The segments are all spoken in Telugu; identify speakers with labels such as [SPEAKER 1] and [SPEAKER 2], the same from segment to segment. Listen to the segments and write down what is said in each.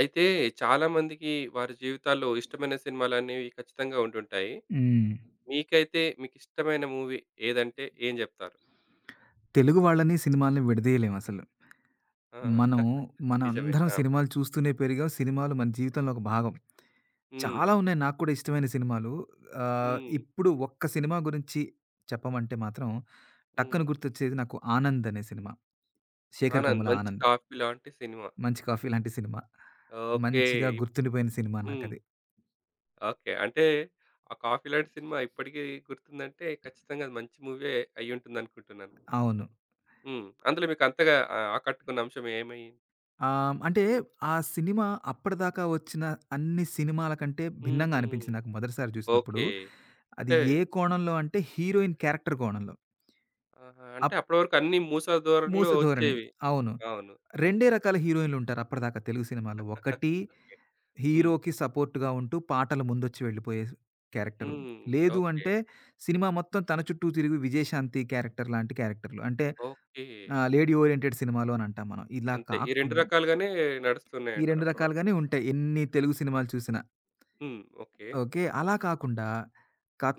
[SPEAKER 1] అయితే చాలామందికి వారి జీవితాల్లో ఇష్టమైన సినిమాలనేవి ఖచ్చితంగా ఉంటుంటాయి.
[SPEAKER 2] హ్మ్.
[SPEAKER 1] మీకైతే మీకిష్టమైన మూవీ ఏదంటే ఏం జెప్తారు?
[SPEAKER 2] తెలుగు వాళ్ళని, సినిమాలని విడదీయలేమసలు.
[SPEAKER 1] ఆ!
[SPEAKER 2] మనం
[SPEAKER 1] నిజమే.
[SPEAKER 2] మనందరం
[SPEAKER 1] ఆ!
[SPEAKER 2] సినిమాలు చూస్తూనే పెరిగాం. సినిమాలు మన జీవితంలో ఒక భాగం.
[SPEAKER 1] హ్మ్.
[SPEAKER 2] చాలా ఉన్నాయి నాకు కూడా ఇష్టమైన సినిమాలు.
[SPEAKER 1] హ్మ్.
[SPEAKER 2] ఇప్పుడు ఒక్క సినిమా గురించి చెప్పమంటే మాత్రం టక్కున
[SPEAKER 1] హ్మ్.
[SPEAKER 2] గుర్తొచ్చేది నాకు 'ఆనంద్' అనే సినిమా. 'శేఖర్
[SPEAKER 1] 'ఆనంద్'
[SPEAKER 2] కమ్ముల
[SPEAKER 1] మంచి
[SPEAKER 2] ఆనంద్'.
[SPEAKER 1] కాఫీ లాంటి సినిమా.
[SPEAKER 2] 'మంచి కాఫీ' లాంటి సినిమా.
[SPEAKER 1] ఓకే.
[SPEAKER 2] మంచిగా
[SPEAKER 1] ఇప్
[SPEAKER 2] గుర్తుండిపోయిన సినిమా
[SPEAKER 1] హ్మ్.
[SPEAKER 2] నాకది.
[SPEAKER 1] ఓకే. అంటే ఆ 'కాఫీ' లాంటి సినిమా ఇప్పటికి గుర్తుందంటే ఖచ్చితంగా అది మంచి మూవీయే అయ్యుంటుందనుకుంటున్నాను.
[SPEAKER 2] అవును.
[SPEAKER 1] హ్మ్. అందులో మీకు అంతగా ఆకట్టుకున్న అంశం ఏమి?
[SPEAKER 2] అంటే ఆ సినిమా అప్పటిదాకా వచ్చిన అన్ని సినిమాల కంటే భిన్నంగా
[SPEAKER 1] హ్మ్.
[SPEAKER 2] అనిపించింది నాకు మొదటిసారి చూసినప్పుడు.
[SPEAKER 1] ఓకే.
[SPEAKER 2] అది
[SPEAKER 1] అంటే
[SPEAKER 2] ఏ కోణంలో అంటే హీరోయిన్ క్యారెక్టర్ కోణంలో.
[SPEAKER 1] ఆహా! అంటే
[SPEAKER 2] అప్
[SPEAKER 1] అప్పటి వరకు అన్నీ మూస
[SPEAKER 2] 'మూస
[SPEAKER 1] ధోరణిలో
[SPEAKER 2] ధోరణి'.
[SPEAKER 1] వచ్చేవి.
[SPEAKER 2] అవును.
[SPEAKER 1] అవును.
[SPEAKER 2] 2 రకాల హీరోయిన్‌లు ఉంటారు అప్పటిదాకా తెలుగు సినిమాల్లో. ఒకటి,
[SPEAKER 1] ఓకే. హ్మ్.
[SPEAKER 2] హీరోకి సపోర్ట్‌గా ఉంటూ పాటలు ముందొచ్చి వెళ్ళిపోయే క్యారెక్టరు.
[SPEAKER 1] హ్మ్.
[SPEAKER 2] లేదు
[SPEAKER 1] ఓకే.
[SPEAKER 2] అంటే సినిమా మొత్తం తన చుట్టూ తిరిగి విజయశాంతి క్యారెక్టర్ లాంటి క్యారెక్టర్‌లు. అంటే
[SPEAKER 1] ఓకే.
[SPEAKER 2] లేడీ ఓరియెంటెడ్ సినిమాలు అని అంటాం మనం. ఇలా
[SPEAKER 1] అంతే. ఈ 2
[SPEAKER 2] కాకుండా
[SPEAKER 1] రకాలుగానే
[SPEAKER 2] ఈ
[SPEAKER 1] నడుస్తున్నాయంటారు
[SPEAKER 2] 2
[SPEAKER 1] అప్పటి వరకు.
[SPEAKER 2] రకాలుగానే ఉంటాయి ఎన్ని తెలుగు సినిమాలు చూసినా.
[SPEAKER 1] హ్మ్. ఓకే.
[SPEAKER 2] ఓకే. అలా కాకుండా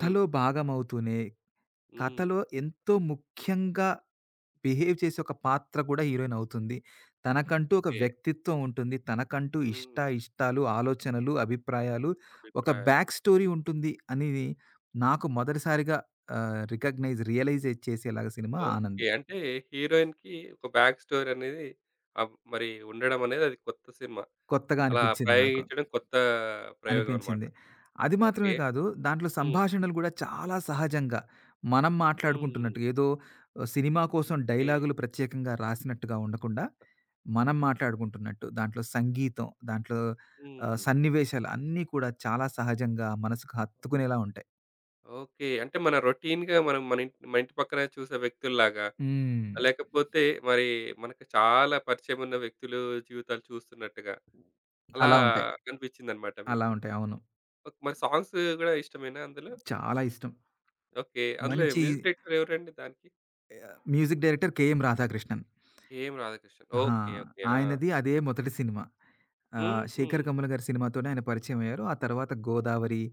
[SPEAKER 1] హ్మ్.
[SPEAKER 2] భాగమవుతూనే,
[SPEAKER 1] హ్మ్.
[SPEAKER 2] కథలో ఎంతో ముఖ్యంగా బిహేవ్ చేసే ఒక పాత్ర కూడా హీరోయిన్ అవుతుంది. తనకంటూ ఒక
[SPEAKER 1] ఓకే.
[SPEAKER 2] వ్యక్తిత్వం ఉంటుంది. తనకంటూ
[SPEAKER 1] హ్మ్.
[SPEAKER 2] ఇష్టాలు, ఆలోచనలు, అభిప్రాయాలు, ఒక
[SPEAKER 1] అభిప్రాయాలు.
[SPEAKER 2] బ్యాక్ స్టోరీ ఉంటుంది అని నాకు మొదటిసారిగా రియలైజ్ చేసేలాగా సినిమా 'ఆనంద్.'
[SPEAKER 1] ఓకే. అంటే హీరోయిన్‌కి ఒక బ్యాక్ స్టోరీ అనేది మరి ఉండడం అనేది అది కొత్త సినిమా.
[SPEAKER 2] కొత్తగా
[SPEAKER 1] అలా
[SPEAKER 2] అనిపించింది నాకు.
[SPEAKER 1] ప్రయోగించడం కొత్త ప్రయోగం అన్నమాట.
[SPEAKER 2] అనిపించింది. అది
[SPEAKER 1] ఓకే.
[SPEAKER 2] మాత్రమే కాదు, దాంట్లో
[SPEAKER 1] హ్మ్.
[SPEAKER 2] సంభాషణలు గూడా చాలా సహజంగా, మనం
[SPEAKER 1] హ్మ్.
[SPEAKER 2] మాట్లాడుకుంటున్నట్టు ఏదో సినిమా కోసం
[SPEAKER 1] ఓకే.
[SPEAKER 2] డైలాగులు ప్రత్యేకంగా రాసినట్టుగా ఉండకుండా, మనం మాట్లాడుకుంటున్నట్టు దాంట్లో సంగీతం, దాంట్లో
[SPEAKER 1] హ్మ్.
[SPEAKER 2] సన్నివేశాలు అన్నీ కూడా చాలా సహజంగా మనసుకు హత్తుకునేలా ఉంటాయి.
[SPEAKER 1] ఓకే. అంటే మన రొటీన్‌గా మనం మన ఇంటి పక్కన చూసే వ్యక్తుల్లాగా,
[SPEAKER 2] హ్మ్.
[SPEAKER 1] లేకపోతే మరి మనకు చాలా పరిచయమున్న వ్యక్తులు జీవితాలు చూస్తున్నట్టుగా అలా
[SPEAKER 2] అలా ఉంటాయి.
[SPEAKER 1] అనిపించిందనమాట
[SPEAKER 2] అలా
[SPEAKER 1] మీకు.
[SPEAKER 2] ఉంటాయి. అవును.
[SPEAKER 1] ఓకే. మరి సాంగ్స్ గూడా ఇష్టమేనా అందులో?
[SPEAKER 2] చాలా ఇష్టం.
[SPEAKER 1] ఓకే. అందులో
[SPEAKER 2] మంచి
[SPEAKER 1] మ్యూజిక్ డైరెక్టర్ ఎవరండి దానికి?
[SPEAKER 2] Music director 'KM Radhakrishnan.'
[SPEAKER 1] 'KM Radhakrishnan.'
[SPEAKER 2] ఆహా!
[SPEAKER 1] ఓకే. ఓకే. ఆ!
[SPEAKER 2] ఆయనది అదే మొదటి సినిమా.
[SPEAKER 1] హుహు.
[SPEAKER 2] 'శేఖర్ కమ్ముల' గారి సినిమాతోనే ఆయన పరిచయం అయ్యారు. ఆ తర్వాత 'గోదావరి',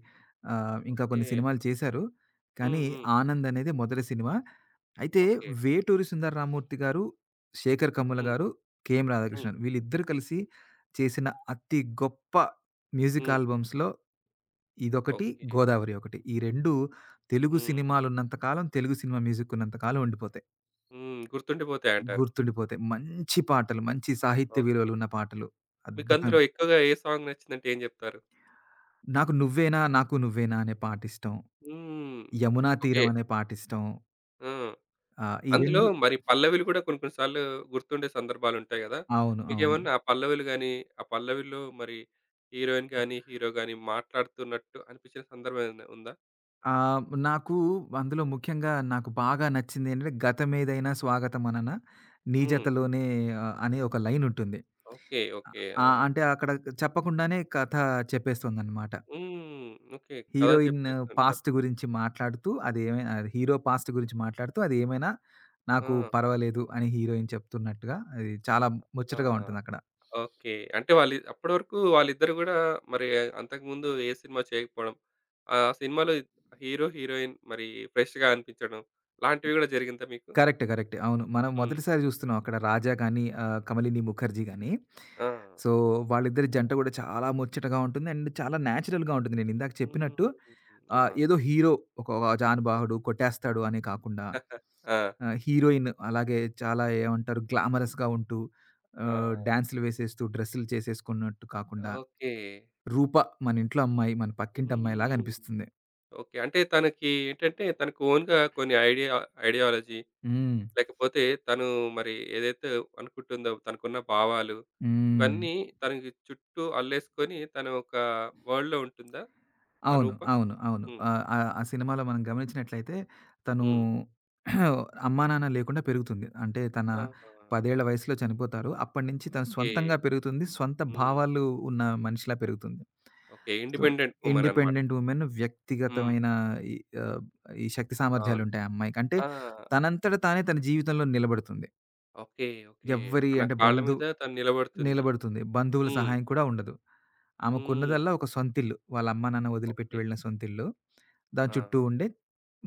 [SPEAKER 2] ఇంకా
[SPEAKER 1] ఓకే.
[SPEAKER 2] కొన్ని సినిమాలు చేశారు. కానీ
[SPEAKER 1] హ్మ్. హ్మ్.
[SPEAKER 2] 'ఆనంద్' అనేది మొదటి సినిమా. అయితే
[SPEAKER 1] ఓకే.
[SPEAKER 2] వేటూరి సుందర రామమూర్తి గారు, శేఖర్ కమ్ముల
[SPEAKER 1] హ్మ్.
[SPEAKER 2] గారు, కెఎం
[SPEAKER 1] హ్మ్.
[SPEAKER 2] రాధాకృష్ణన్ వీళ్ళిద్దరూ కలిసి చేసిన అతి గొప్ప మ్యూజిక్
[SPEAKER 1] హ్మ్.
[SPEAKER 2] ఆల్బమ్స్‌లో ఇదొకటి,
[SPEAKER 1] ఓకే.
[SPEAKER 2] 'గోదావరి' ఒకటి. ఈ 2 తెలుగు
[SPEAKER 1] హ్మ్.
[SPEAKER 2] సినిమాలున్నంత కాలం, తెలుగు సినిమా మ్యూజిక్ ఉన్నంత కాలం ఉండిపోతాయి.
[SPEAKER 1] హ్మ్. గుర్తుండిపోతాయంటారు.
[SPEAKER 2] గుర్తుండిపోతాయి. మంచి పాటలు, మంచి సాహిత్య
[SPEAKER 1] ఓకే.
[SPEAKER 2] విలువలున్న పాటలు.
[SPEAKER 1] మీకు
[SPEAKER 2] అద్భుతమైన
[SPEAKER 1] అందులో ఎక్కువగా ఏ సాంగ్ నచ్చిందంటే ఏం జెప్తారు?
[SPEAKER 2] 'నాకు నువ్వేనా నాకు నువ్వేనా' అనే పాటిష్టం.
[SPEAKER 1] హ్మ్.
[SPEAKER 2] 'యమునా
[SPEAKER 1] ఓకే.
[SPEAKER 2] తీరం' అనే పాటిష్టం.
[SPEAKER 1] ఆ!
[SPEAKER 2] ఈ
[SPEAKER 1] అందులో
[SPEAKER 2] 2.
[SPEAKER 1] మరి పల్లవిలు గూడా కొన్ని కొన్ని సార్లు గుర్తుండే సందర్భాలుంటాయి గదా!
[SPEAKER 2] అవును. అవును.
[SPEAKER 1] మీకేమన్నా ఆ పల్లవిలు గాని, ఆ పల్లవిలో మరి హీరోయిన్ గాని, హీరో గాని మాట్లాడుతున్నట్టు అనిపించిన సందర్భం ఏదైనా ఉందా?
[SPEAKER 2] ఆహ్, నాకు అందులో ముఖ్యంగా నాకు బాగా నచ్చిందేంటంటే 'గతమేదైనా స్వాగతమనన నీ
[SPEAKER 1] హ్మ్.
[SPEAKER 2] జతలోనే' అనే ఒక లైనుంటుంది.
[SPEAKER 1] ఓకే. ఓకే. ఆ!
[SPEAKER 2] అంటే అక్కడ చెప్పకుండానే కథ చెప్పేస్తుందనమాట.
[SPEAKER 1] హ్మ్. ఓకే. కథ
[SPEAKER 2] హీరోయిన్
[SPEAKER 1] చెప్పేస్తుంటారు.
[SPEAKER 2] పాస్ట్ గురించి మాట్లాడుతూ అది ఏమైనా, హీరో పాస్ట్ గురించి మాట్లాడుతూ అదేమైనా నాకు
[SPEAKER 1] ఆ!
[SPEAKER 2] పర్వాలేదు అని హీరోయిన్ చెప్తున్నట్టుగా అది చాలా
[SPEAKER 1] ఆ!
[SPEAKER 2] ముచ్చటగా ఉంటుందక్కడ.
[SPEAKER 1] ఓకే. అంటే వాళ్ళు అప్పటి వరకు వాళ్ళిద్దరు గూడా మరి అంతకుముందు ఏ సినిమా చేయకపోవడం, ఆ సినిమాలో హీరో, హీరోయిన్ మరి ఫ్రెష్‌గా అనిపించడం లాంటివి గూడా జరిగిందా మీకు?
[SPEAKER 2] కరెక్ట్. కరెక్ట్. అవును. మనం
[SPEAKER 1] హ్మ్.
[SPEAKER 2] మొదటిసారి చూస్తున్నాం అక్కడ 'రాజా' గాని, 'కమలిని ముఖర్జీ' గాని.
[SPEAKER 1] ఆ!
[SPEAKER 2] సో, వాళ్ళిద్దరి జంట కూడా చాలా ముచ్చటగా ఉంటుంది. అండ్ చాలా నేచురల్‌గా ఉంటుంది. నేనిందాక చెప్పినట్టు
[SPEAKER 1] హ్మ్. ఆ!
[SPEAKER 2] ఏదో హీరో ఒక ఒక జానుబాహుడు కొట్టేస్తాడు అని కాకుండా,
[SPEAKER 1] ఆ!
[SPEAKER 2] హీరోయిన్ అలాగే చాలా ఏమంటారు గ్లామరస్‌గా ఉంటూ
[SPEAKER 1] ఆ!
[SPEAKER 2] డాన్స్‌లు వేసేస్తూ, డ్రెస్సులు చేసేసుకున్నట్టు కాకుండా
[SPEAKER 1] ఓకే.
[SPEAKER 2] 'రూప' మన ఇంట్లో అమ్మాయి, మన పక్కింటి అమ్మాయిలాగా
[SPEAKER 1] హ్మ్.
[SPEAKER 2] అనిపిస్తుంది.
[SPEAKER 1] ఓకే. అంటే తనకి ఏంటంటే తనకు ఓన్‌గా కొన్ని ఐడియా ఐడియాలజీ
[SPEAKER 2] హ్మ్.
[SPEAKER 1] లేకపోతే తను మరి ఏదైతే అనుకుంటుందో తనకున్న భావాలు
[SPEAKER 2] హ్మ్.
[SPEAKER 1] ఇవన్నీ తనకి చుట్టూ అల్లేసుకొని తను ఒక వరల్డ్‌లో ఉంటుందా? ఆ
[SPEAKER 2] అవును.
[SPEAKER 1] రూప?
[SPEAKER 2] అవును. అవును.
[SPEAKER 1] హ్మ్.
[SPEAKER 2] ఆహ్, ఆహ్, ఆ సినిమాలో మనం గమనించినట్లయితే తను
[SPEAKER 1] హ్మ్.
[SPEAKER 2] అమ్మానాన్న లేకుండా పెరుగుతుంది. అంటే తన
[SPEAKER 1] ఆహా!
[SPEAKER 2] 10 ఏళ్ల వయసులో చనిపోతారు. అప్పటినుంచి తను హుహు.
[SPEAKER 1] ఓకే.
[SPEAKER 2] స్వంతంగా పెరుగుతుంది. స్వంత
[SPEAKER 1] హ్మ్.
[SPEAKER 2] భావాలు ఉన్న మనిషిలా పెరుగుతుంది.
[SPEAKER 1] ఓకే.
[SPEAKER 2] సో,
[SPEAKER 1] ఇండిపెండెంట్ వుమన్ అన్నమాట.
[SPEAKER 2] ఇండిపెండెంట్ వుమెన్
[SPEAKER 1] హ్మ్.
[SPEAKER 2] వ్యక్తిగతమైన ఈ ఆహ్, ఈ శక్తి
[SPEAKER 1] అవును.
[SPEAKER 2] సామర్థ్యాలుంటాయి ఆ అమ్మాయికి. అంటే
[SPEAKER 1] ఆ!
[SPEAKER 2] తనంతట తానే తన జీవితంలో నిలబడుతుంది.
[SPEAKER 1] ఓకే. ఓకే.
[SPEAKER 2] ఎవ్వరి
[SPEAKER 1] తన
[SPEAKER 2] అంటే
[SPEAKER 1] కాళ్ళ
[SPEAKER 2] బంధు
[SPEAKER 1] మీద తను నిలబడుతుంది.
[SPEAKER 2] నిలబడుతుంది. బంధువుల
[SPEAKER 1] హ్మ్.
[SPEAKER 2] సహాయం కూడా ఉండదు.
[SPEAKER 1] హ్మ్.
[SPEAKER 2] ఆమెకున్నదల్లా ఒక సొంతిల్లు. వాళ్ళ అమ్మా, నాన్న వదిలిపెట్టి
[SPEAKER 1] ఓకే.
[SPEAKER 2] వెళ్ళిన సొంతిల్లు. దాని
[SPEAKER 1] ఆ!
[SPEAKER 2] చుట్టూ ఉండే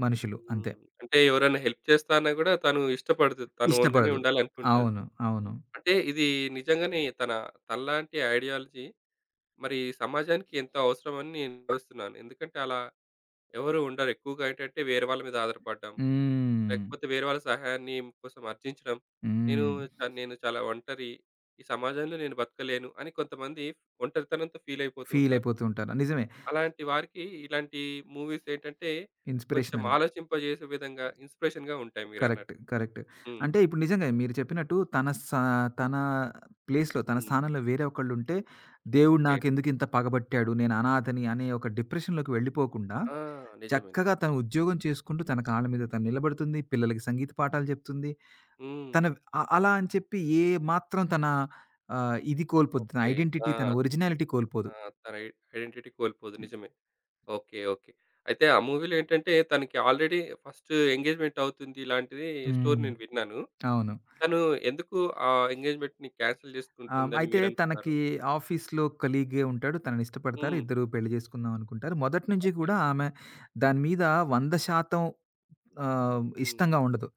[SPEAKER 2] మనుషులు
[SPEAKER 1] హ్మ్.
[SPEAKER 2] అంతే.
[SPEAKER 1] అంటే ఎవరైనా హెల్ప్ చేస్తా అన్నా గూడా తను ఇష్టపడదు. తను ఓన్‌గానే
[SPEAKER 2] ఇష్టపడదు.
[SPEAKER 1] ఉండాలనుకుంటది.
[SPEAKER 2] అవును. అవును.
[SPEAKER 1] అంటే ఇది నిజంగానే తన తనలాంటి ఐడియాలజీ మరి ఈ సమాజానికి ఎంతో అవసరమని నేను భావిస్తున్నాను. ఎందుకంటే అలా ఎవరు ఉండరు. ఎక్కువగా ఏంటంటే వేరే వాళ్ళ మీద ఆధారపడడం,
[SPEAKER 2] హ్మ్.
[SPEAKER 1] లేకపోతే వేరే వాళ్ళ సహాయాన్ని కోసం అర్జించడం. నేను
[SPEAKER 2] హ్మ్.
[SPEAKER 1] నేను చాలా ఒంటరి. ఈ సమాజంలో నేను బతకలేను అని కొంతమంది ఒంటరితనంతో ఫీల్ అయిపోతూ ఉంటారు.
[SPEAKER 2] ఫీలయిపోతూ ఉంటారు. నిజమే.
[SPEAKER 1] అలాంటి వారికి ఇలాంటి మూవీస్ ఏంటంటే కొంచెం
[SPEAKER 2] ఇన్‌స్పిరేషనల్.
[SPEAKER 1] ఆలోచింపజేసే విధంగా ఇన్స్‌పిరేషన్‌గా ఉంటాయి
[SPEAKER 2] కరెక్ట్.
[SPEAKER 1] మీరన్నట్టు.
[SPEAKER 2] కరెక్ట్.
[SPEAKER 1] హ్మ్.
[SPEAKER 2] అంటే ఇప్పుడు నిజంగా మీరు చెప్పినట్టు తన ప్లేస్‌లో, తన
[SPEAKER 1] హ్మ్.
[SPEAKER 2] స్థానంలో వేరే ఒకళ్ళుంటే, దేవుడు
[SPEAKER 1] ఓకే.
[SPEAKER 2] నాకెందుకింత పగబట్టాడు, నేను అనాథని అనే ఒక డిప్రెషన్‌లోకి వెళ్ళిపోకుండా,
[SPEAKER 1] ఆ! నిజమే.
[SPEAKER 2] చక్కగా
[SPEAKER 1] నిజమే.
[SPEAKER 2] తను ఉద్యోగం చేసుకుంటూ, తన కాళ్ళ మీద తను నిలబడుతుంది. పిల్లలకి సంగీత పాఠాలు చెప్తుంది.
[SPEAKER 1] హ్మ్.
[SPEAKER 2] తన అ అలా అని చెప్పి ఏ మాత్రం తన ఇది కోల్పోద్దు. తన
[SPEAKER 1] ఓకే.
[SPEAKER 2] ఐడెంటిటీ,
[SPEAKER 1] ఆ!
[SPEAKER 2] తన ఒరిజినాలిటీ కోల్పోదు.
[SPEAKER 1] ఆ! తన ఐ ఐడెంటిటీ కోల్పోదు. నిజమే. ఓకే. ఓకే. అయితే ఆ మూవీలో ఏంటంటే తనకి ఆల్రెడీ ఫస్ట్ ఎంగేజ్‌మెంట్ అవుతుంది ఇలాంటిది స్టోరీ
[SPEAKER 2] హ్మ్.
[SPEAKER 1] నేను విన్నాను.
[SPEAKER 2] అవును.
[SPEAKER 1] తను ఎందుకు ఆ ఎంగేజ్‌మెంట్‌ని క్యాన్సెల్
[SPEAKER 2] ఆ!
[SPEAKER 1] చేసుకుంటుందని
[SPEAKER 2] అయితే
[SPEAKER 1] మీరనుకున్నారు?
[SPEAKER 2] తనకి ఆఫీస్‌లో కొలీగే ఉంటాడు. తననిష్టపడతారు.
[SPEAKER 1] హ్మ్.
[SPEAKER 2] ఇద్దరు పెళ్లి చేసుకుందాం అనుకుంటారు. మొదటి నుంచి
[SPEAKER 1] ఓకే.
[SPEAKER 2] కూడా ఆమె దాని మీద 100%
[SPEAKER 1] హ్మ్.
[SPEAKER 2] ఇష్టంగా ఉండదు.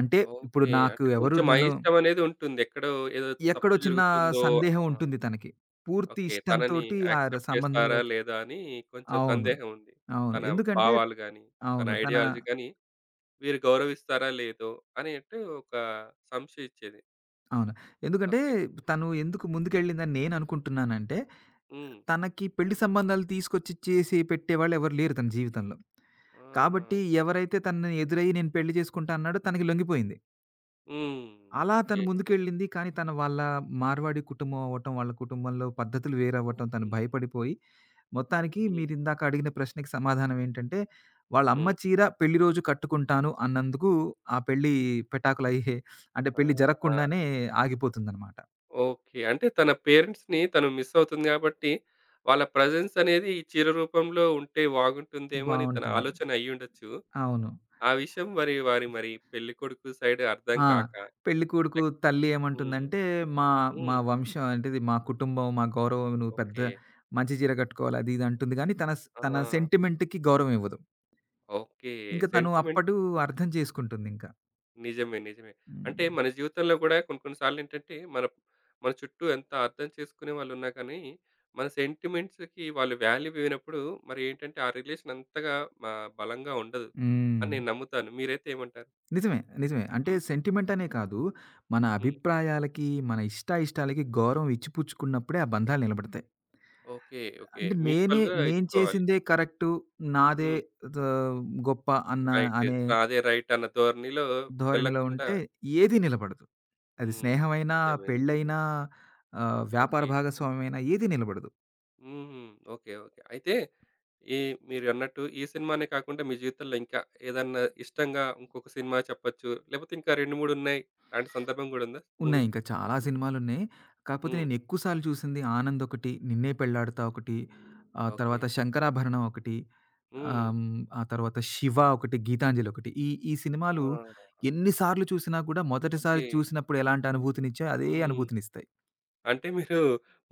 [SPEAKER 2] అంటే ఇప్పుడు
[SPEAKER 1] ఓకే.
[SPEAKER 2] నాకు
[SPEAKER 1] అంటే
[SPEAKER 2] ఎవరు
[SPEAKER 1] కొంచెం
[SPEAKER 2] నన్ను
[SPEAKER 1] అయిష్టమనేది ఉంటుంది. ఎక్కడో ఏదో
[SPEAKER 2] ఎక్కడో
[SPEAKER 1] తప్పు
[SPEAKER 2] చిన్న
[SPEAKER 1] జరుగుతుందో.
[SPEAKER 2] సందేహం
[SPEAKER 1] ఆ!
[SPEAKER 2] ఉంటుంది తనకి. పూర్తి
[SPEAKER 1] ఓకే. తనని
[SPEAKER 2] ఇష్టంతోటి ఆ ర
[SPEAKER 1] యాక్సెప్ట్ చేస్తారా?
[SPEAKER 2] సంబంధంలోకి
[SPEAKER 1] లేదా? అని కొంచెం
[SPEAKER 2] అవును.
[SPEAKER 1] సందేహం ఉంది.
[SPEAKER 2] అవును.
[SPEAKER 1] తన
[SPEAKER 2] ఎందుకంటే
[SPEAKER 1] భావాలు గాని, తన
[SPEAKER 2] అవును. తన
[SPEAKER 1] ఐడియాలజీ గాని వీరు గౌరవిస్తారా? లేదో? అనేట్టు ఒక సంశయిచ్చేది.
[SPEAKER 2] అవును. ఎందుకంటే
[SPEAKER 1] ఓకే.
[SPEAKER 2] తను ఎందుకు ముందుకెళ్ళిందని నేను అనుకుంటున్నానంటే,
[SPEAKER 1] హ్మ్.
[SPEAKER 2] తనకి పెళ్లి సంబంధాలు తీసుకొచ్చి చేసి పెట్టేవాళ్ళు ఎవరు లేరు తన జీవితంలో.
[SPEAKER 1] ఆహా!
[SPEAKER 2] కాబట్టి ఎవరైతే తనని ఎదురయ్యి నేను పెళ్లి చేసుకుంటా అన్నాడో తనకి లొంగిపోయింది.
[SPEAKER 1] హ్మ్.
[SPEAKER 2] అలా తను
[SPEAKER 1] ఓకే.
[SPEAKER 2] ముందుకెళ్ళింది. కానీ తను వాళ్ళ మార్వాడి కుటుంబం అవ్వటం, వాళ్ళ కుటుంబంలో పద్ధతులు వేరవ్వటం తను
[SPEAKER 1] హ్మ్.
[SPEAKER 2] భయపడిపోయి, మొత్తానికి
[SPEAKER 1] హ్మ్.
[SPEAKER 2] మీరిందాక అడిగిన ప్రశ్నకి సమాధానం ఏంటంటే, వాళ్ళ అమ్మ
[SPEAKER 1] హ్మ్.
[SPEAKER 2] చీర పెళ్లి రోజు కట్టుకుంటాను అన్నందుకు ఆ పెళ్లి పెటాకులయ్యే అంటే పెళ్లి జరగకుండానే
[SPEAKER 1] ఆ!
[SPEAKER 2] ఆగిపోతుందనమాట.
[SPEAKER 1] ఓకే. అంటే తన పేరెంట్స్‌ని తను మిస్ అవుతుంది గాబట్టి, వాళ్ళ ప్రెజెన్స్ అనేది ఈ చీర రూపంలో ఉంటే బాగుంటుందేమో అని తన
[SPEAKER 2] బావుంటుంది.
[SPEAKER 1] ఆలోచన అయ్యుండొచ్చు.
[SPEAKER 2] అవును.
[SPEAKER 1] ఆ విషయం మరి వారి మరి పెళ్ళికొడుకు సైడ్ అర్థం
[SPEAKER 2] ఆ!
[SPEAKER 1] కాక
[SPEAKER 2] పెళ్ళికొడుకు
[SPEAKER 1] లైక్
[SPEAKER 2] తల్లి
[SPEAKER 1] హ్మ్.
[SPEAKER 2] ఏమంటుందంటే, "మా మా
[SPEAKER 1] హ్మ్.
[SPEAKER 2] వంశం అంటేది మా కుటుంబం, మా గౌరవం నువ్వు పెద్ద
[SPEAKER 1] ఓకే.
[SPEAKER 2] మంచి చీర కట్టుకోవాలి" అది ఇది అంటుంది గానీ,
[SPEAKER 1] ఆ!
[SPEAKER 2] తన సెంటిమెంట్‌కి గౌరవం ఇవ్వదు.
[SPEAKER 1] ఓకే.
[SPEAKER 2] ఇంక తను
[SPEAKER 1] సెంటిమెంట్.
[SPEAKER 2] అప్పుడు అర్థం చేసుకుంటుందింక.
[SPEAKER 1] నిజమే. నిజమే. అంటే
[SPEAKER 2] హ్మ్.
[SPEAKER 1] మన జీవితంలో గూడా కొన్ని కొన్ని సార్లేంటంటే మన మన చుట్టూ ఎంత అర్థం చేసుకునే వాళ్ళున్నా కానీ, మన సెంటిమెంట్స్‌కి వాళ్ళు వాల్యూ ఇవ్వనప్పుడు మరి ఏంటంటే ఆ రిలేషన్ అంతగా మా బలంగా ఉండదు అని
[SPEAKER 2] హ్మ్.
[SPEAKER 1] నేను నమ్ముతాను. మీరైతే ఏమంటారు?
[SPEAKER 2] నిజమే. నిజమే. అంటే
[SPEAKER 1] హ్మ్.
[SPEAKER 2] సెంటిమెంట్ అనే కాదు, మన
[SPEAKER 1] హ్మ్.
[SPEAKER 2] అభిప్రాయాలకి, మన ఇష్టాయిష్టాలకి గౌరవం ఇచ్చిపుచ్చుకున్నప్పుడే ఆ బంధాలు నిలబడతాయి.
[SPEAKER 1] ఓకే. ఓకే.
[SPEAKER 2] అంటే నేనే
[SPEAKER 1] మ్యూచువల్‌గా
[SPEAKER 2] నేను
[SPEAKER 1] ఇచ్చుకోవాలి.
[SPEAKER 2] చేసిందే కరెక్టు, నాదే
[SPEAKER 1] హ్మ్.
[SPEAKER 2] ద గొప్ప అన్న
[SPEAKER 1] రైట్.
[SPEAKER 2] అనే
[SPEAKER 1] అదే రైట్ అన్న ధోరణిలో
[SPEAKER 2] ధోరణిలో
[SPEAKER 1] వెళ్ళకుండా.
[SPEAKER 2] ఉంటే ఏది నిలబడదు. అది
[SPEAKER 1] హ్మ్.
[SPEAKER 2] స్నేహమైనా,
[SPEAKER 1] నిజమే. నిజమే.
[SPEAKER 2] పెళ్ళైనా, వ్యాపార
[SPEAKER 1] ఓకే.
[SPEAKER 2] భాగస్వామ్యమైనా ఏది నిలబడదు.
[SPEAKER 1] హుహు. ఓకే. ఓకే. అయితే ఈ మీరన్నట్టు ఈ సినిమానే కాకుండా మీ జీవితంలో ఇంకా ఏదన్నా ఇష్టంగా ఇంకొక సినిమా చెప్పొచ్చు. లేకపోతే ఇంకా 2, 3 ఉన్నాయి. అలాంటి సందర్భం గూడా ఉందా
[SPEAKER 2] ఉన్నాయి
[SPEAKER 1] మూవీస్?
[SPEAKER 2] ఇంకా చాలా సినిమాలున్నాయి. కాకపోతే
[SPEAKER 1] హ్మ్.
[SPEAKER 2] నేను ఎక్కువ సార్లు చూసింది 'ఆనంద్' ఒకటి, 'నిన్నే పెళ్లాడతా' ఒకటి, ఆ
[SPEAKER 1] ఓకే.
[SPEAKER 2] తర్వాత 'శంకరాభరణం' ఒకటి,
[SPEAKER 1] హ్మ్.
[SPEAKER 2] ఆ తర్వాత 'శివ' ఒకటి, 'గీతాంజలి' ఒకటి. ఈ ఈ సినిమాలు
[SPEAKER 1] ఆ!
[SPEAKER 2] ఎన్ని సార్లు చూసినా కూడా మొదటిసారి
[SPEAKER 1] ఓకే.
[SPEAKER 2] చూసినప్పుడు ఎలాంటి అనుభూతినిచ్చాయో అదే
[SPEAKER 1] హ్మ్.
[SPEAKER 2] అనుభూతినిస్తాయి.
[SPEAKER 1] అంటే మీరు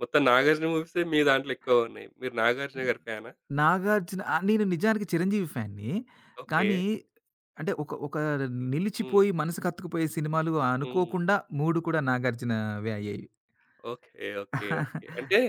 [SPEAKER 1] మొత్తం 'నాగార్జున' మూవీసే మీ దాంట్లో ఎక్కువ ఉన్నాయి. మీరు
[SPEAKER 2] హ్మ్.
[SPEAKER 1] 'నాగార్జున' గారి ఫ్యానా?
[SPEAKER 2] 'నాగార్జున' ఆ! నేను నిజానికి 'చిరంజీవి' ఫ్యాన్‌ని.
[SPEAKER 1] ఓకే.
[SPEAKER 2] కానీ అంటే ఒక ఒక
[SPEAKER 1] హ్మ్.
[SPEAKER 2] నిలిచిపోయి మనసుకత్తుకుపోయే సినిమాలు
[SPEAKER 1] హ్మ్.
[SPEAKER 2] అనుకోకుండా 3 కూడా 'నాగార్జున'వే అయ్యాయి.
[SPEAKER 1] ఓకే. ఓకే. ఓకే. అంటే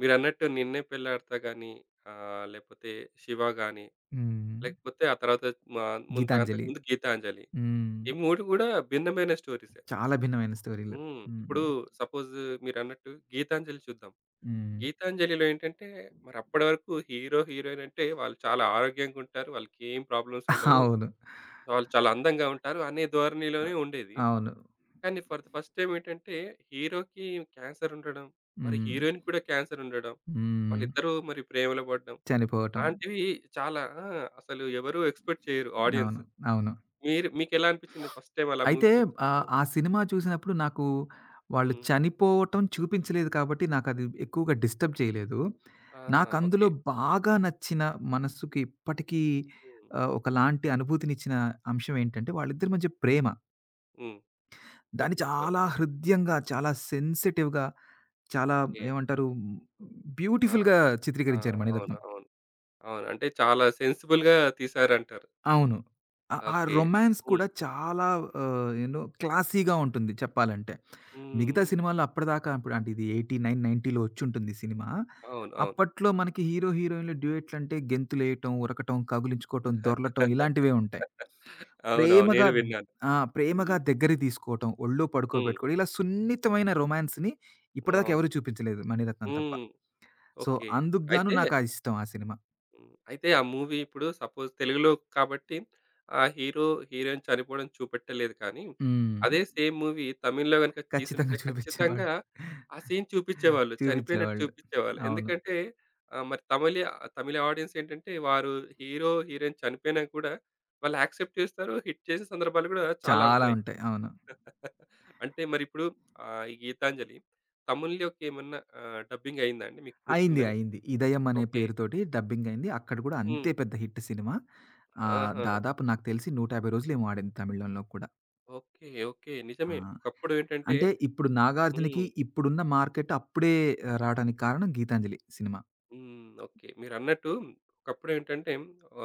[SPEAKER 1] మీరన్నట్టు 'నిన్నే పెళ్లాడతా' గాని లేకపోతే 'శివ' గాని
[SPEAKER 2] హ్మ్.
[SPEAKER 1] లేకపోతే ఆ తర్వాత మా ముంత
[SPEAKER 2] 'గీతాంజలి.'
[SPEAKER 1] అంతకుముందు 'గీతాంజలి.'
[SPEAKER 2] హ్మ్.
[SPEAKER 1] ఈ 3 కూడా భిన్నమైన స్టోరీసే.
[SPEAKER 2] చాలా భిన్నమైన స్టోరీలు.
[SPEAKER 1] హ్మ్.
[SPEAKER 2] హ్మ్.
[SPEAKER 1] ఇప్పుడు సపోజ్ మీరన్నట్టు 'గీతాంజలి' చూద్దాం.
[SPEAKER 2] హ్మ్.
[SPEAKER 1] 'గీతాంజలి'లో ఏంటంటే మరి అప్పటి వరకు హీరో, హీరోయిన్ అంటే వాళ్ళు చాలా ఆరోగ్యంగా ఉంటారు. వాళ్ళకేం ప్రాబ్లమ్స్ ఉండవు.
[SPEAKER 2] అవును.
[SPEAKER 1] వాళ్ళు చాలా అందంగా ఉంటారు అనే
[SPEAKER 2] అ
[SPEAKER 1] ధోరణిలోనే ఉండేది.
[SPEAKER 2] అవును.
[SPEAKER 1] కానీ ఫర్ ద ఫస్ట్ టైమ్ ఏంటంటే హీరోకి క్యాన్సర్ ఉండడం, మరి
[SPEAKER 2] హ్మ్.
[SPEAKER 1] హీరోయిన్‌కి కూడా క్యాన్సర్ ఉండడం,
[SPEAKER 2] హ్మ్.
[SPEAKER 1] వాళ్ళిద్దరూ మరి ప్రేమలో పడడం
[SPEAKER 2] చనిపోవటం.
[SPEAKER 1] లాంటివి చాలా ఆ! అసలు ఎవరు ఎక్స్‌పెక్ట్ చేయరు
[SPEAKER 2] అవును.
[SPEAKER 1] ఆడియన్స్.
[SPEAKER 2] అవును.
[SPEAKER 1] మీరు మీకెలా అనిపిచ్చింది ఫస్ట్ టైమ్ అలా
[SPEAKER 2] అయితే
[SPEAKER 1] మూవీ చూసినప్పుడు?
[SPEAKER 2] ఆ సినిమా చూసినప్పుడు నాకు వాళ్ళు
[SPEAKER 1] హ్మ్.
[SPEAKER 2] చనిపోవటం చూపించలేదు కాబట్టి నాకది ఎక్కువగా డిస్టర్బ్ చేయలేదు.
[SPEAKER 1] ఆ!
[SPEAKER 2] నాకందులో
[SPEAKER 1] ఓకే.
[SPEAKER 2] బాగా నచ్చిన మనస్సుకి ఇప్పటికీ
[SPEAKER 1] హ్మ్.
[SPEAKER 2] ఒకలాంటి అనుభూతినిచ్చిన అంశం ఏంటంటే వాళ్ళిద్దరి మధ్య ప్రేమ.
[SPEAKER 1] హ్మ్.
[SPEAKER 2] దాన్ని
[SPEAKER 1] ఓకే. లవ్.
[SPEAKER 2] చాలా హృద్యంగా, చాలా సెన్సిటివ్‌గా, చాలా
[SPEAKER 1] ఓకే.
[SPEAKER 2] ఏమంటారు
[SPEAKER 1] ఆ!
[SPEAKER 2] బ్యూటిఫుల్‌గా
[SPEAKER 1] ఆ!
[SPEAKER 2] చిత్రీకరించారు
[SPEAKER 1] అవును.
[SPEAKER 2] 'మణిరత్నం.'
[SPEAKER 1] అవును. అవును. అంటే చాలా సెన్సిబుల్‌గా తీశారంటారు.
[SPEAKER 2] అవును. ఆ ఆ
[SPEAKER 1] ఓకే.
[SPEAKER 2] రొమాన్స్
[SPEAKER 1] హ్మ్.
[SPEAKER 2] కూడా చాలా యూ నో క్లాసీగా ఉంటుంది చెప్పాలంటే. మిగతా
[SPEAKER 1] హ్మ్.
[SPEAKER 2] సినిమాల్లో అప్పటిదాకా అప్పుడు అంటే ఇది 89, 90లో వచ్చుంటుంది సినిమా.
[SPEAKER 1] అవును. అవును.
[SPEAKER 2] అప్పట్లో మనకి హీరో, హీరోయిన్‌లు డ్యూయెట్లంటే గెంతులేయటం, ఉరకటం, కౌగిలించుకోవటం, దొర్లటం ఇలాంటివే ఉంటాయి.
[SPEAKER 1] అవునవును.
[SPEAKER 2] ప్రేమగా
[SPEAKER 1] నేను విన్నాను.
[SPEAKER 2] ఆ! ప్రేమగా
[SPEAKER 1] హ్మ్.
[SPEAKER 2] దగ్గరికి తీసుకోవటం, ఒళ్ళో
[SPEAKER 1] హ్మ్.
[SPEAKER 2] పడుకోబెట్టుకోవడం ఇలా సున్నితమైన రొమాన్స్‌ని ఇప్పటిదాకా
[SPEAKER 1] అవును.
[SPEAKER 2] ఎవరు చూపించలేదు 'మణిరత్నం' తప్ప.
[SPEAKER 1] హ్మ్.
[SPEAKER 2] So,
[SPEAKER 1] okay.
[SPEAKER 2] అందుకు గాను
[SPEAKER 1] అయితే
[SPEAKER 2] నాకు ఆ ఇష్టం ఆ సినిమా.
[SPEAKER 1] హ్మ్. అయితే ఆ మూవీ ఇప్పుడు సపోజ్ తెలుగులో కాబట్టి ఆ హీరో, హీరోయిన్ చనిపోవడం చూపెట్టలేదు కానీ,
[SPEAKER 2] హ్మ్.
[SPEAKER 1] అదే సేమ్ మూవీ తమిళ్‌లో గనుక
[SPEAKER 2] ఖచ్చితంగా
[SPEAKER 1] తీసుంటే
[SPEAKER 2] చూపించేవాళ్ళు.
[SPEAKER 1] ఖచ్చితంగా ఆ సీన్ చూపిచ్చేవాళ్ళు. చనిపోయినట్టు
[SPEAKER 2] చూపించేవాళ్ళు.
[SPEAKER 1] చూపిచ్చేవాళ్ళు.
[SPEAKER 2] అవును.
[SPEAKER 1] ఎందుకంటే మరి తమిళ తమిళ ఆడియన్స్ ఏంటంటే వారు హీరో, హీరోయిన్ చనిపోయినా కూడా వాళ్ళు యాక్సెప్ట్ చేస్తారు. హిట్ చేసే సందర్భాలు కూడా చాలా
[SPEAKER 2] చాలా
[SPEAKER 1] ఉన్నాయి.
[SPEAKER 2] ఉంటాయి. అవును.
[SPEAKER 1] అంటే మరిప్పుడు ఈ 'గీతాంజలి' తమిళ్‌లోకి ఏమన్నా డబ్బింగ్ అయిందా అండి? మీకు
[SPEAKER 2] అయింది.
[SPEAKER 1] గుర్తుందేమో.
[SPEAKER 2] అయింది. 'ఇదయం' అనే
[SPEAKER 1] ఓకే.
[SPEAKER 2] పేరుతోటి డబ్బింగ్ అయింది. అక్కడ కూడా
[SPEAKER 1] హ్మ్.
[SPEAKER 2] అంతే పెద్ద హిట్ సినిమా.
[SPEAKER 1] ఆహా!
[SPEAKER 2] దాదాపు నాకు తెలిసి 150 రోజులేమో ఆడింది తమిళంలో కూడా.
[SPEAKER 1] ఓకే. ఓకే.
[SPEAKER 2] ఆ!
[SPEAKER 1] నిజమే. ఒకప్పుడు ఏంటంటే
[SPEAKER 2] అంటే ఇప్పుడు
[SPEAKER 1] హ్మ్.
[SPEAKER 2] 'నాగార్జునకి' ఇప్పుడున్న మార్కెట్ అప్పుడే రావడానికి కారణం 'గీతాంజలి' సినిమా.
[SPEAKER 1] హ్మ్. ఓకే. మీరన్నట్టు ఒకప్పుడేంటంటే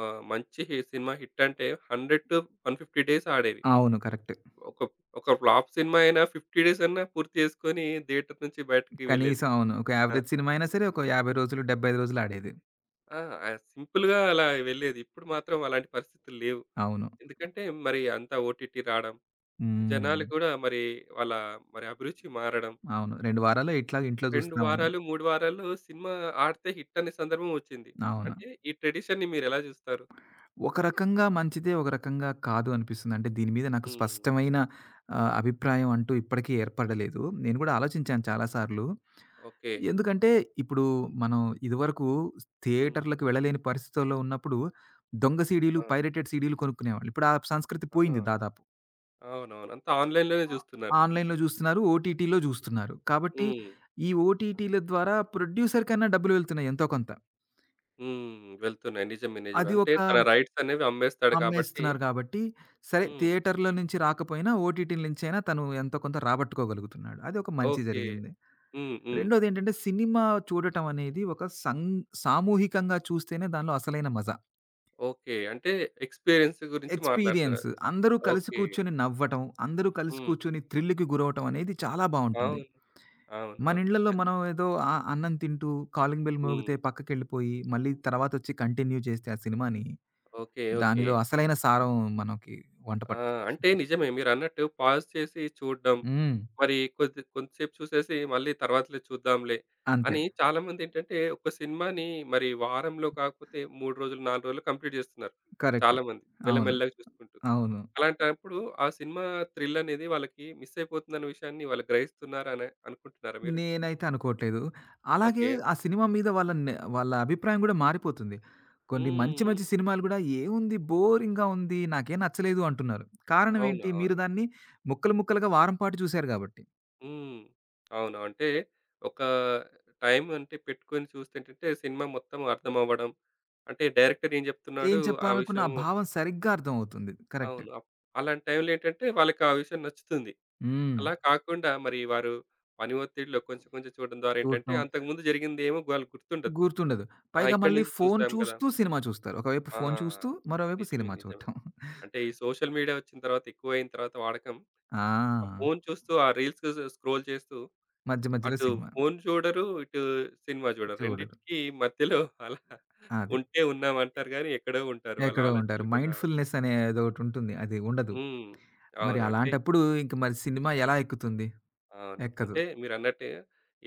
[SPEAKER 1] మంచి సినిమా హిట్ అంటే 100-150 డేస్ ఆడేవి.
[SPEAKER 2] అవును. కరెక్ట్.
[SPEAKER 1] ఒక ఒక ఫ్లాప్ సినిమా అయినా 50 డేస్ అన్నా పూర్తి చేసుకొని థియేటర్ నుంచి బయటికి వెళ్ళేది.
[SPEAKER 2] కనీసం అవును. ఒక
[SPEAKER 1] ఆ!
[SPEAKER 2] యావరేజ్ సినిమా అయినా సరే ఒక 50 రోజులు, 75 రోజులు ఆడేది.
[SPEAKER 1] ఆ! సింపుల్‌గా అలా వెళ్ళేది. ఇప్పుడు మాత్రం అలాంటి పరిస్థితులు లేవు.
[SPEAKER 2] అవును.
[SPEAKER 1] ఎందుకంటే మరి అంతా ఓటీటీ రావడం,
[SPEAKER 2] హ్మ్.
[SPEAKER 1] జనాలు కూడా మరి వాళ్ళ మరి అభిరుచి మారడం,
[SPEAKER 2] అవును. 2 వారాల్లో ఇట్లా ఇంట్లో
[SPEAKER 1] 2
[SPEAKER 2] చూస్తామని.
[SPEAKER 1] వారాలు, 3 వారాలు సినిమా ఆడితే హిట్ అనే సందర్భం వచ్చింది.
[SPEAKER 2] అవును.
[SPEAKER 1] అంటే ఈ ట్రెడిషన్‌ని మీరెలా జూస్తారు?
[SPEAKER 2] ఒక రకంగా మంచిదే. ఒక రకంగా కాదు అనిపిస్తుంది. అంటే దీని మీద నాకు
[SPEAKER 1] హ్మ్.
[SPEAKER 2] స్పష్టమైన అభిప్రాయం అంటూ ఇప్పటికీ ఏర్పడలేదు. నేను కూడా ఆలోచించాను చాలా సార్లు.
[SPEAKER 1] ఓకే.
[SPEAKER 2] ఎందుకంటే ఇప్పుడు మనం ఇదివరకు
[SPEAKER 1] హ్మ్.
[SPEAKER 2] థియేటర్‌లకి వెళ్ళలేని పరిస్థితుల్లో ఉన్నప్పుడు దొంగ సీడీలు,
[SPEAKER 1] ఆ!
[SPEAKER 2] పైరేటెడ్ సీడీలు కొనుక్కునేవాళ్ళు. ఇప్పుడు ఆ సంస్కృతి
[SPEAKER 1] ఆ!
[SPEAKER 2] పోయింది దాదాపు.
[SPEAKER 1] అవునవును. అంతా ఆన్‌లైన్‌లోనే
[SPEAKER 2] ఆ!
[SPEAKER 1] జూస్తున్నారు.
[SPEAKER 2] ఆన్‌లైన్‌లో జూస్తున్నారు. ఓటీటీలో జూస్తున్నారు. కాబట్టి
[SPEAKER 1] హ్మ్.
[SPEAKER 2] ఈ ఓటీటీల ద్వారా ప్రొడ్యూసర్ కన్నా డబ్బులు వెళ్తున్నాయి ఎంతో కొంత.
[SPEAKER 1] హ్మ్. వెళ్తున్నాయి. నిజమే. నిజమే.
[SPEAKER 2] అది
[SPEAKER 1] అంటే
[SPEAKER 2] ఒక
[SPEAKER 1] తన రైట్స్ అనేవి అమ్మేస్తాడు కాబట్టి
[SPEAKER 2] అమ్మేస్తున్నారు గాబట్టి, సరే
[SPEAKER 1] హ్మ్.
[SPEAKER 2] థియేటర్‌లో నుంచి రాకపోయినా ఓటీటీల నుంచైనా తను ఎంతో కొంత రాబట్టుకోగలుగుతున్నాడు. అది ఒక మంచి
[SPEAKER 1] ఓకే.
[SPEAKER 2] జరిగింది.
[SPEAKER 1] హ్మ్. హ్మ్.
[SPEAKER 2] రెండోదేంటంటే సినిమా చూడటం అనేది ఒక సం సామూహికంగా చూస్తేనే దానిలో అసలైన మజా.
[SPEAKER 1] ఓకే. అంటే ఎక్స్‌పీరియన్స్ గురించి
[SPEAKER 2] ఎక్స్‌పీరియన్స్,
[SPEAKER 1] మాట్లాడుతున్నారు.
[SPEAKER 2] అందరూ కలిసి
[SPEAKER 1] ఓకే.
[SPEAKER 2] కూర్చొని నవ్వటం, అందరూ కలిసి
[SPEAKER 1] హ్మ్.
[SPEAKER 2] కూర్చొని థ్రిల్‌కి గురవ్వటం అనేది చాలా బావుంటుంది.
[SPEAKER 1] అవును.
[SPEAKER 2] మన
[SPEAKER 1] అవునవును.
[SPEAKER 2] ఇళ్ళల్లో మనం ఏదో ఆ అన్నం తింటూ కాలింగ్ బెల్ మోగితే
[SPEAKER 1] హ్మ్.
[SPEAKER 2] పక్కకెళ్ళిపోయి, మళ్ళీ తర్వాతొచ్చి కంటిన్యూ చేస్తే ఆ సినిమాని,
[SPEAKER 1] ఓకే. ఓకే.
[SPEAKER 2] దానిలో అసలైన సారం మనకి వంట
[SPEAKER 1] ఆ!
[SPEAKER 2] పట్టదు.
[SPEAKER 1] అంటే నిజమే మీరన్నట్టు పాజ్ చేసి చూడడం.
[SPEAKER 2] హ్మ్.
[SPEAKER 1] మరి కొద్ది కొంతసేపు చూసేసి మళ్ళీ తర్వాతలే చూద్దాంలే
[SPEAKER 2] అంతే.
[SPEAKER 1] అని చాలామందేంటంటే ఒక సినిమాని మరి వారంలో కాకపోతే 3 రోజులు, 4 రోజులు కంప్లీట్ చేస్తున్నారు.
[SPEAKER 2] కరెక్ట్.
[SPEAKER 1] చాలామంది
[SPEAKER 2] అవును.
[SPEAKER 1] మెల్లమెల్లగా చూసుకుంటూ.
[SPEAKER 2] అవును.
[SPEAKER 1] అలాంటప్పుడు ఆ సినిమా థ్రిల్ అనేది వాళ్ళకి మిస్ అయిపోతుందన్న విషయాన్ని వాళ్ళు గ్రహిస్తున్నారని అనుకుంటున్నారా మీరు?
[SPEAKER 2] నేనైతే అనుకోవట్లేదు. అలాగే
[SPEAKER 1] ఓకే.
[SPEAKER 2] ఆ సినిమా మీద వాళ్ళ అభిప్రాయం గూడా మారిపోతుంది. కొన్ని మంచి
[SPEAKER 1] హ్మ్.
[SPEAKER 2] మంచి సినిమాలు గూడా "ఏముంది బోరింగ్‌గా ఉంది. నాకేం నచ్చలేదు" అంటున్నారు. కారణం
[SPEAKER 1] అవును.
[SPEAKER 2] ఏంటి? మీరు
[SPEAKER 1] అవును.
[SPEAKER 2] దాన్ని ముక్కలు ముక్కలుగా వారం పాటు చూసారు గాబట్టి.
[SPEAKER 1] హ్మ్. అవును. అంటే ఒక టైం అంటే పెట్టుకొని చూస్తేంటంటే సినిమా మొత్తం అర్థమవ్వడం. అంటే డైరెక్టర్ ఏం
[SPEAKER 2] ఏం
[SPEAKER 1] చెప్తున్నాడు ఆ
[SPEAKER 2] చెప్పాలనుకున్న
[SPEAKER 1] విషయం.
[SPEAKER 2] ఆ భావం సరిగ్గా అర్థమవుతుంది. కరెక్ట్.
[SPEAKER 1] అవును. అలాంటి టైంలో ఏంటంటే వాళ్ళకి ఆ విషయం నచ్చుతుంది.
[SPEAKER 2] హ్మ్.
[SPEAKER 1] అలా కాకుండా మరి వారు పని ఒత్తిడిలో కొంచెం కొంచెం చూడడం ద్వారా ఏంటంటే
[SPEAKER 2] చూడటం
[SPEAKER 1] అంతకుముందు జరిగిందేమో వాళ్ళకి గుర్తుండదు.
[SPEAKER 2] గుర్తుండదు.
[SPEAKER 1] ఆ!
[SPEAKER 2] పైగా
[SPEAKER 1] ఇక్కడి
[SPEAKER 2] మళ్ళీ
[SPEAKER 1] నుంచి
[SPEAKER 2] ఫోను
[SPEAKER 1] చూసాం కదా!
[SPEAKER 2] చూస్తూ సినిమా చూస్తారు. ఒకవైపు
[SPEAKER 1] ఆ!
[SPEAKER 2] ఫోను చూస్తూ, మరోవైపు
[SPEAKER 1] నిజమే.
[SPEAKER 2] సినిమా
[SPEAKER 1] నిజమే.
[SPEAKER 2] చూడటం.
[SPEAKER 1] అంటే ఈ సోషల్ మీడియా వచ్చిన తర్వాత ఎక్కువైన తర్వాత వాడకం. ఆ
[SPEAKER 2] ఆ!
[SPEAKER 1] ఫోను చూస్తూ ఆ రీల్స్ స్క్రోల్ చేస్తూ
[SPEAKER 2] మధ్య మధ్యలో
[SPEAKER 1] అటు
[SPEAKER 2] సినిమా
[SPEAKER 1] ఫోను చూడరు. ఇటు సినిమా చూడరు.
[SPEAKER 2] చూడరు.
[SPEAKER 1] రెండిటికి మధ్యలో అలా
[SPEAKER 2] అది.
[SPEAKER 1] ఉంటే ఉన్నామంటారు గానీ, ఎక్కడో ఉంటారు. వాళ్ళ
[SPEAKER 2] ఎక్కడో ఉంటారు.
[SPEAKER 1] ఆలోచనలు కూడా ఉంటారు.
[SPEAKER 2] మైండ్‌ఫుల్‌నెస్ అనే అదోటుంటుంది. అది ఉండదు.
[SPEAKER 1] హ్మ్.
[SPEAKER 2] మరి
[SPEAKER 1] అవును. అంటే
[SPEAKER 2] అలాంటప్పుడు ఇంక మరి సినిమా ఎలా ఎక్కుతుంది?
[SPEAKER 1] అవును.
[SPEAKER 2] ఎక్కదు.
[SPEAKER 1] అంటే మీరన్నట్టే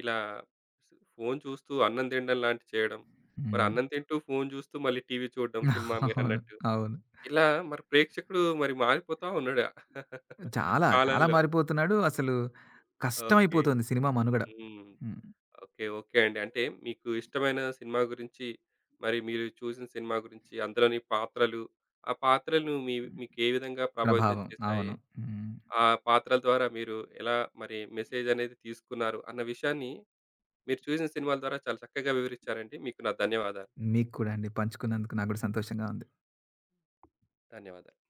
[SPEAKER 1] ఇలా ఫోను చూస్తూ అన్నం తినడం లాంటివి చేయడం. మరి
[SPEAKER 2] హ్మ్.
[SPEAKER 1] అన్నం తింటూ ఫోను చూస్తూ మళ్ళీ టీవీ చూడడం సినిమా
[SPEAKER 2] అవును.
[SPEAKER 1] మీరన్నట్టు.
[SPEAKER 2] అవును.
[SPEAKER 1] ఇలా మరి ప్రేక్షకుడు మరి మారిపోతా ఉన్నాడు.
[SPEAKER 2] చాలా
[SPEAKER 1] కాలంలో.
[SPEAKER 2] మారిపోతున్నాడు. అసలు
[SPEAKER 1] ఓకే.
[SPEAKER 2] కష్టమైపోతుంది సినిమా మనుగడ.
[SPEAKER 1] హ్మ్.
[SPEAKER 2] హ్మ్.
[SPEAKER 1] ఓకే. ఓకే అండి. అంటే మీకు ఇష్టమైన సినిమా గురించి, మరి మీరు చూసిన సినిమా గురించి, అందులోని పాత్రలు, ఆ పాత్రలను మీకే విధంగా ప్రభావితం
[SPEAKER 2] ప్రభావం.
[SPEAKER 1] చేశాయి?
[SPEAKER 2] అవును. హ్మ్.
[SPEAKER 1] ఆ పాత్రల ద్వారా మీరు ఎలా మరి మెసేజ్ అనేది తీసుకున్నారు? అన్న విషయాన్ని మీరు చూసిన సినిమాల ద్వారా చాలా చక్కగా వివరించారండి. మీకు నా ధన్యవాదాలు.
[SPEAKER 2] మీకు కూడా అండి. పంచుకున్నందుకు నాకు గూడా సంతోషంగా ఉంది.
[SPEAKER 1] ధన్యవాదాలు.